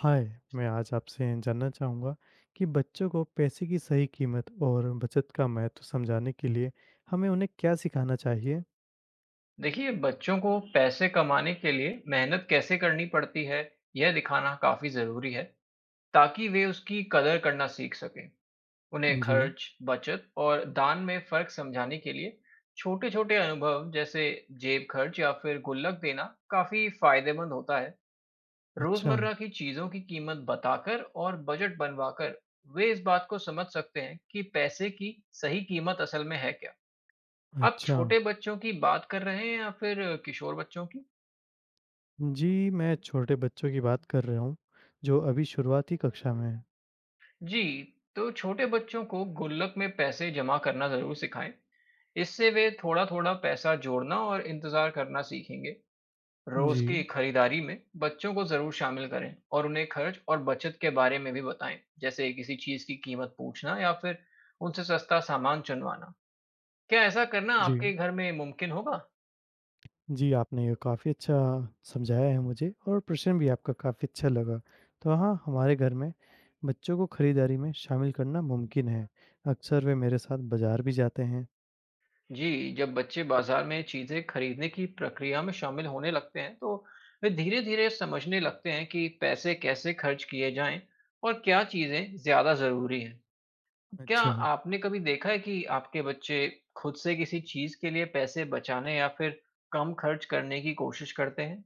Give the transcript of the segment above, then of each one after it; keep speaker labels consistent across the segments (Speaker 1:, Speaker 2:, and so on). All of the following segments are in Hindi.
Speaker 1: हाय, मैं आज आपसे जानना चाहूँगा कि बच्चों को पैसे की सही कीमत और बचत का महत्व समझाने के लिए हमें उन्हें क्या सिखाना चाहिए?
Speaker 2: देखिए, बच्चों को पैसे कमाने के लिए मेहनत कैसे करनी पड़ती है, यह दिखाना काफ़ी ज़रूरी है, ताकि वे उसकी कदर करना सीख सकें। उन्हें
Speaker 1: जी।
Speaker 2: खर्च, बचत और दान में फ़र्क समझाने के लिए छोटे-छोटे अनुभव जैसे जेब खर्च या फिर गुल्लक देना काफ़ी फ़ायदेमंद होता है।
Speaker 1: अच्छा।
Speaker 2: रोज़मर्रा की चीज़ों की कीमत बताकर और बजट बनवाकर वे इस बात को समझ सकते हैं कि पैसे की सही कीमत असल में है क्या। आप
Speaker 1: अच्छा।
Speaker 2: छोटे बच्चों की बात कर रहे हैं या फिर किशोर बच्चों की?
Speaker 1: जी, मैं छोटे बच्चों की बात कर रहा हूँ, जो अभी शुरुआती कक्षा में हैं।
Speaker 2: जी, तो छोटे बच्चों को गुल्लक में पैसे जमा करना ज़रूर सिखाएं। इससे वे थोड़ा-थोड़ा पैसा जोड़ना और इंतज़ार करना सीखेंगे। रोज़
Speaker 1: जी।
Speaker 2: की खरीदारी में बच्चों को ज़रूर शामिल करें और उन्हें खर्च और बचत के बारे में भी बताएं, जैसे किसी चीज़ की कीमत पूछना या फिर उनसे सस्ता सामान चुनवाना। क्या ऐसा करना
Speaker 1: जी।
Speaker 2: आपके घर में मुमकिन होगा?
Speaker 1: जी, आपने ये काफ़ी अच्छा समझाया है मुझे और प्रश्न भी आपका काफ़ी अच्छा लगा। तो हाँ, हमारे घर में बच्चों को खरीदारी में शामिल करना मुमकिन है। अक्सर वे मेरे साथ बाज़ार भी जाते हैं।
Speaker 2: जी, जब बच्चे बाजार में चीज़ें खरीदने की प्रक्रिया में शामिल होने लगते हैं, तो वे धीरे-धीरे समझने लगते हैं कि पैसे कैसे खर्च किए जाएं और क्या चीज़ें ज़्यादा ज़रूरी हैं। क्या
Speaker 1: अच्छा।
Speaker 2: आपने कभी देखा है कि आपके बच्चे खुद से किसी चीज़ के लिए पैसे बचाने या फिर कम खर्च करने की कोशिश करते हैं?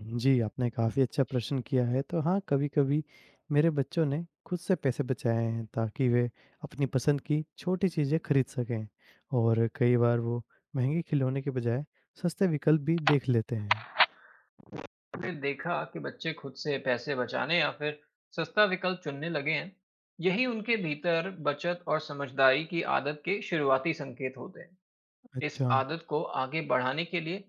Speaker 1: जी, आपने काफ़ी अच्छा प्रश्न किया है। तो हाँ, कभी-कभी मेरे बच्चों ने खुद से पैसे बचाए हैं ताकि वे अपनी पसंद की छोटी चीज़ें खरीद सकें और कई बार वो महँगे खिलौने के बजाय सस्ते विकल्प भी देख लेते हैं।
Speaker 2: आपने देखा कि बच्चे खुद से पैसे बचाने या फिर सस्ता विकल्प चुनने लगे हैं। यही उनके भीतर बचत और समझदारी की आदत के शुरुआती संकेत होते हैं। इस
Speaker 1: अच्छा।
Speaker 2: आदत को आगे बढ़ाने के लिए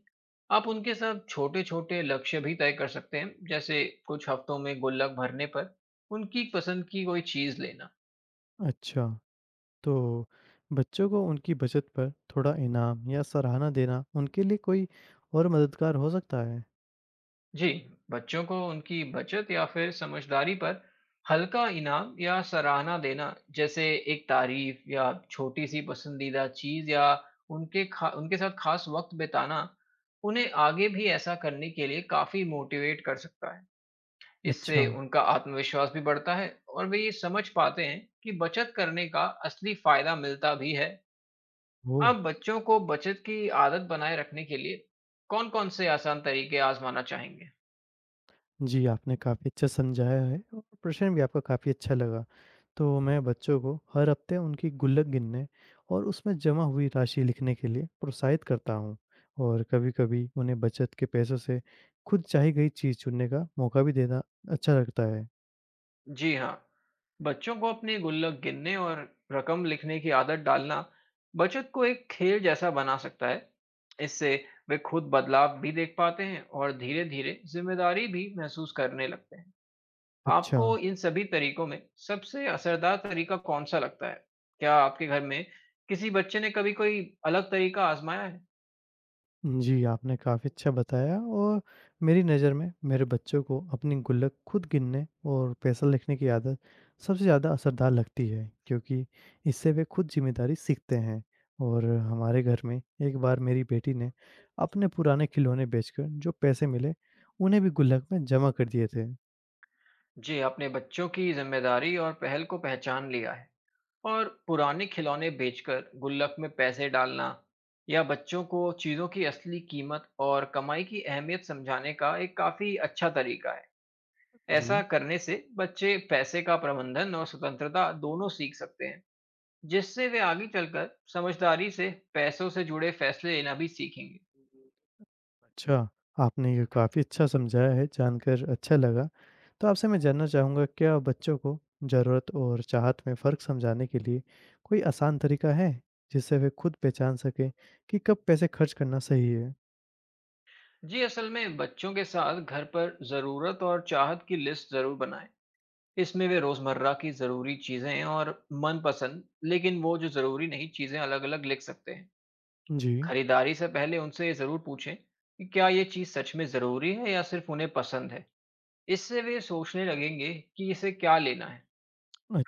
Speaker 2: आप उनके साथ छोटे छोटे लक्ष्य भी तय कर सकते हैं, जैसे कुछ हफ्तों में गुल्लक भरने पर उनकी पसंद की कोई चीज लेना।
Speaker 1: अच्छा। तो बच्चों को उनकी बचत पर थोड़ा इनाम या सराहना देना उनके लिए कोई और मददगार हो सकता है?
Speaker 2: जी, बच्चों को उनकी बचत या फिर समझदारी पर हल्का इनाम या सराहना देना, जैसे एक तारीफ या छोटी सी पसंदीदा चीज या उनके साथ खास वक्त बिताना, उन्हें आगे भी ऐसा करने के लिए काफी मोटिवेट कर सकता है।
Speaker 1: अच्छा।
Speaker 2: इससे उनका आत्मविश्वास भी बढ़ता है और वे ये समझ पाते हैं कि बचत करने का असली फायदा मिलता भी है।
Speaker 1: ओह!
Speaker 2: आप बच्चों को बचत की आदत बनाए रखने के लिए कौन-कौन से आसान तरीके आजमाना चाहेंगे?
Speaker 1: जी, आपने काफ़ी अच्छा समझाया है और प्रश्न भी आपका काफ़ी अच्छा लगा। तो मैं बच्चों को हर हफ्ते उनकी गुल्लक गिनने और उसमें जमा हुई राशि लिखने के लिए प्रोत्साहित करता हूँ और कभी-कभी उन्हें बचत के पैसों से खुद चाही गई चीज़ चुनने का मौका भी देना अच्छा लगता है।
Speaker 2: जी हाँ, बच्चों को अपने गुल्लक गिनने और रकम लिखने की आदत डालना बचत को एक खेल जैसा बना सकता है। इससे वे खुद बदलाव भी देख पाते हैं और धीरे-धीरे जिम्मेदारी भी महसूस करने लगते हैं।
Speaker 1: अच्छा।
Speaker 2: आपको इन सभी तरीकों में सबसे असरदार तरीका कौन-सा लगता है? क्या आपके घर में किसी बच्चे ने कभी कोई अलग तरीका आज़माया है?
Speaker 1: जी, आपने काफ़ी अच्छा बताया और मेरी नज़र में मेरे बच्चों को अपनी गुल्लक खुद गिनने और पैसा लिखने की आदत सबसे ज़्यादा असरदार लगती है, क्योंकि इससे वे खुद ज़िम्मेदारी सीखते हैं। और हमारे घर में एक बार मेरी बेटी ने अपने पुराने खिलौने बेचकर जो पैसे मिले, उन्हें भी गुल्लक में जमा कर दिए थे।
Speaker 2: जी, आपने बच्चों की ज़िम्मेदारी और पहल को पहचान लिया है और पुराने खिलौने बेचकर गुल्लक में पैसे डालना या बच्चों को चीज़ों की असली कीमत और कमाई की अहमियत समझाने का एक काफ़ी अच्छा तरीका है। ऐसा
Speaker 1: जी।
Speaker 2: करने से बच्चे पैसे का प्रबंधन और स्वतंत्रता दोनों सीख सकते हैं। जिससे वे आगे चलकर समझदारी से पैसों से जुड़े फैसले लेना भी सीखेंगे।
Speaker 1: अच्छा, आपने ये काफ़ी अच्छा समझाया है, जानकर अच्छा लगा। तो आपसे मैं जानना चाहूँगा क्या बच्चों को ज़रूरत और चाहत में फ़र्क समझाने के लिए कोई आसान तरीका है, जिससे वे खुद पहचान सकें कि कब पैसे खर्च करना सही है?
Speaker 2: जी, असल में बच्चों के साथ घर पर ज़रूरत और चाहत की लिस्ट ज़रूर बनाएं। इसमें वे रोज़मर्रा की ज़रूरी चीज़ें और मनपसंद लेकिन वो जो ज़रूरी नहीं चीज़ें अलग अलग लिख सकते हैं।
Speaker 1: जी।
Speaker 2: खरीदारी से पहले उनसे ये ज़रूर पूछें कि क्या ये चीज़ सच में ज़रूरी है या सिर्फ उन्हें पसंद है। इससे वे सोचने लगेंगे कि इसे क्या लेना है।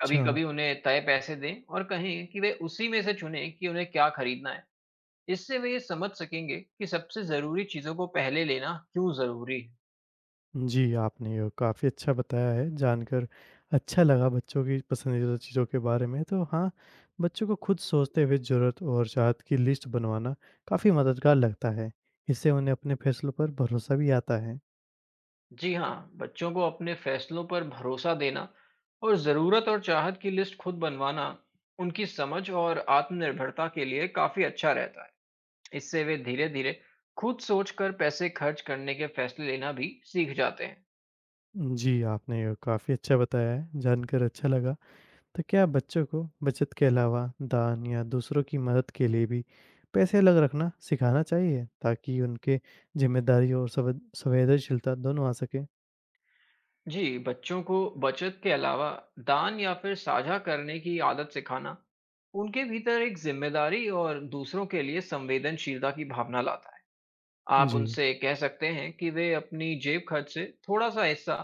Speaker 2: कभी कभी उन्हें तय पैसे दें और कहें कि वे उसी में से चुनें कि उन्हें क्या खरीदना है। इससे वे ये समझ सकेंगे कि सबसे ज़रूरी चीज़ों को पहले लेना क्यों ज़रूरी है।
Speaker 1: जी, आपने ये काफ़ी अच्छा बताया है, जानकर अच्छा लगा बच्चों की पसंदीदा चीज़ों के बारे में। तो हाँ, बच्चों को खुद सोचते हुए ज़रूरत और चाहत की लिस्ट बनवाना काफ़ी मददगार लगता है। इससे उन्हें अपने फैसलों पर भरोसा भी आता है।
Speaker 2: जी हाँ, बच्चों को अपने फैसलों पर भरोसा देना और ज़रूरत और चाहत की लिस्ट खुद बनवाना उनकी समझ और आत्मनिर्भरता के लिए काफ़ी अच्छा रहता है। इससे वे धीरे-धीरे खुद सोचकर पैसे खर्च करने के फैसले लेना भी सीख जाते हैं।
Speaker 1: जी, आपने ये काफ़ी अच्छा बताया है, जानकर अच्छा लगा। तो क्या बच्चों को बचत के अलावा दान या दूसरों की मदद के लिए भी पैसे अलग रखना सिखाना चाहिए, ताकि उनके ज़िम्मेदारी और सवेद संवेदनशीलता दोनों आ सके?
Speaker 2: जी, बच्चों को बचत के अलावा दान या फिर साझा करने की आदत सिखाना, उनके भीतर एक ज़िम्मेदारी और दूसरों के लिए संवेदनशीलता की भावना लाता है। आप
Speaker 1: जी।
Speaker 2: उनसे कह सकते हैं कि वे अपनी जेब खर्च से थोड़ा सा हिस्सा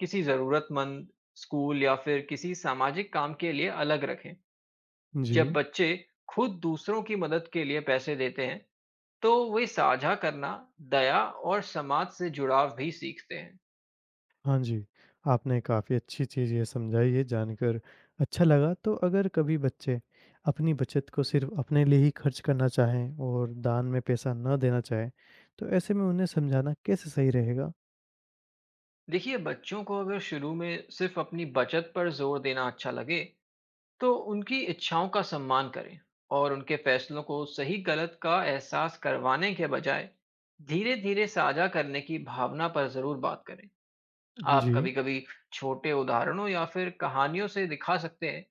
Speaker 2: किसी ज़रूरतमंद स्कूल या फिर किसी सामाजिक काम के लिए अलग रखें।
Speaker 1: जी।
Speaker 2: जब बच्चे खुद दूसरों की मदद के लिए पैसे देते हैं, तो वे साझा करना, दया और समाज से जुड़ाव भी सीखते हैं।
Speaker 1: हाँ जी, आपने काफ़ी अच्छी चीज़ ये समझाई है, जानकर अच्छा लगा। तो अगर कभी बच्चे अपनी बचत को सिर्फ़ अपने लिए ही खर्च करना चाहें और दान में पैसा ना देना चाहें, तो ऐसे में उन्हें समझाना कैसे सही रहेगा?
Speaker 2: देखिए, बच्चों को अगर शुरू में सिर्फ अपनी बचत पर जोर देना अच्छा लगे, तो उनकी इच्छाओं का सम्मान करें और उनके फैसलों को सही गलत का एहसास करवाने के बजाय धीरे धीरे साझा करने की भावना पर जरूर बात करें। आप
Speaker 1: जी।
Speaker 2: कभी कभी छोटे उदाहरणों या फिर कहानियों से दिखा सकते हैं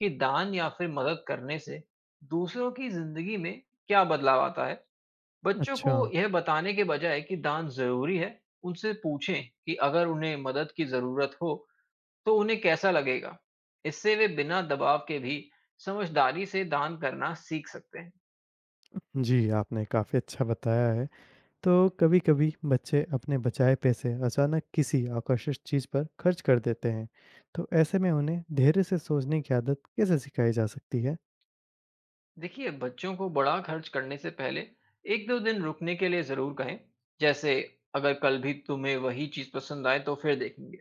Speaker 2: कि दान या फिर मदद करने से दूसरों की जिंदगी में क्या बदलाव आता है। बच्चों
Speaker 1: अच्छा।
Speaker 2: को यह बताने के बजाय कि दान जरूरी है, उनसे पूछें कि अगर उन्हें मदद की जरूरत हो तो उन्हें कैसा लगेगा? इससे वे बिना दबाव के भी समझदारी से दान करना सीख सकते हैं।
Speaker 1: जी, आपने काफ़ी अच्छा बताया है। तो कभी-कभी बच्चे अपने बचाए पैसे अचानक किसी आकर्षक चीज़ पर खर्च कर देते हैं, तो ऐसे में उन्हें धैर्य से सोचने की आदत कैसे सिखाई जा सकती है?
Speaker 2: देखिए, बच्चों को बड़ा खर्च करने से पहले 1-2 दिन रुकने के लिए ज़रूर कहें। जैसे अगर कल भी तुम्हें वही चीज़ पसंद आए तो फिर देखेंगे।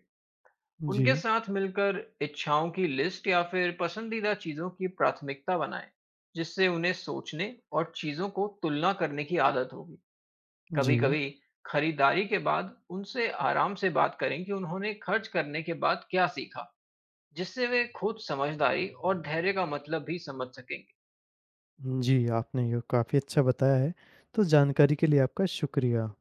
Speaker 1: जी।
Speaker 2: उनके साथ मिलकर इच्छाओं की लिस्ट या फिर पसंदीदा चीज़ों की प्राथमिकता बनाएँ, जिससे उन्हें सोचने और चीज़ों को तुलना करने की आदत होगी।
Speaker 1: जी।
Speaker 2: कभी-कभी खरीदारी के बाद उनसे आराम से बात करें कि उन्होंने खर्च करने के बाद क्या सीखा, जिससे वे खुद समझदारी और धैर्य का मतलब भी समझ सकें।
Speaker 1: जी, आपने ये काफ़ी अच्छा बताया है, तो जानकारी के लिए आपका शुक्रिया।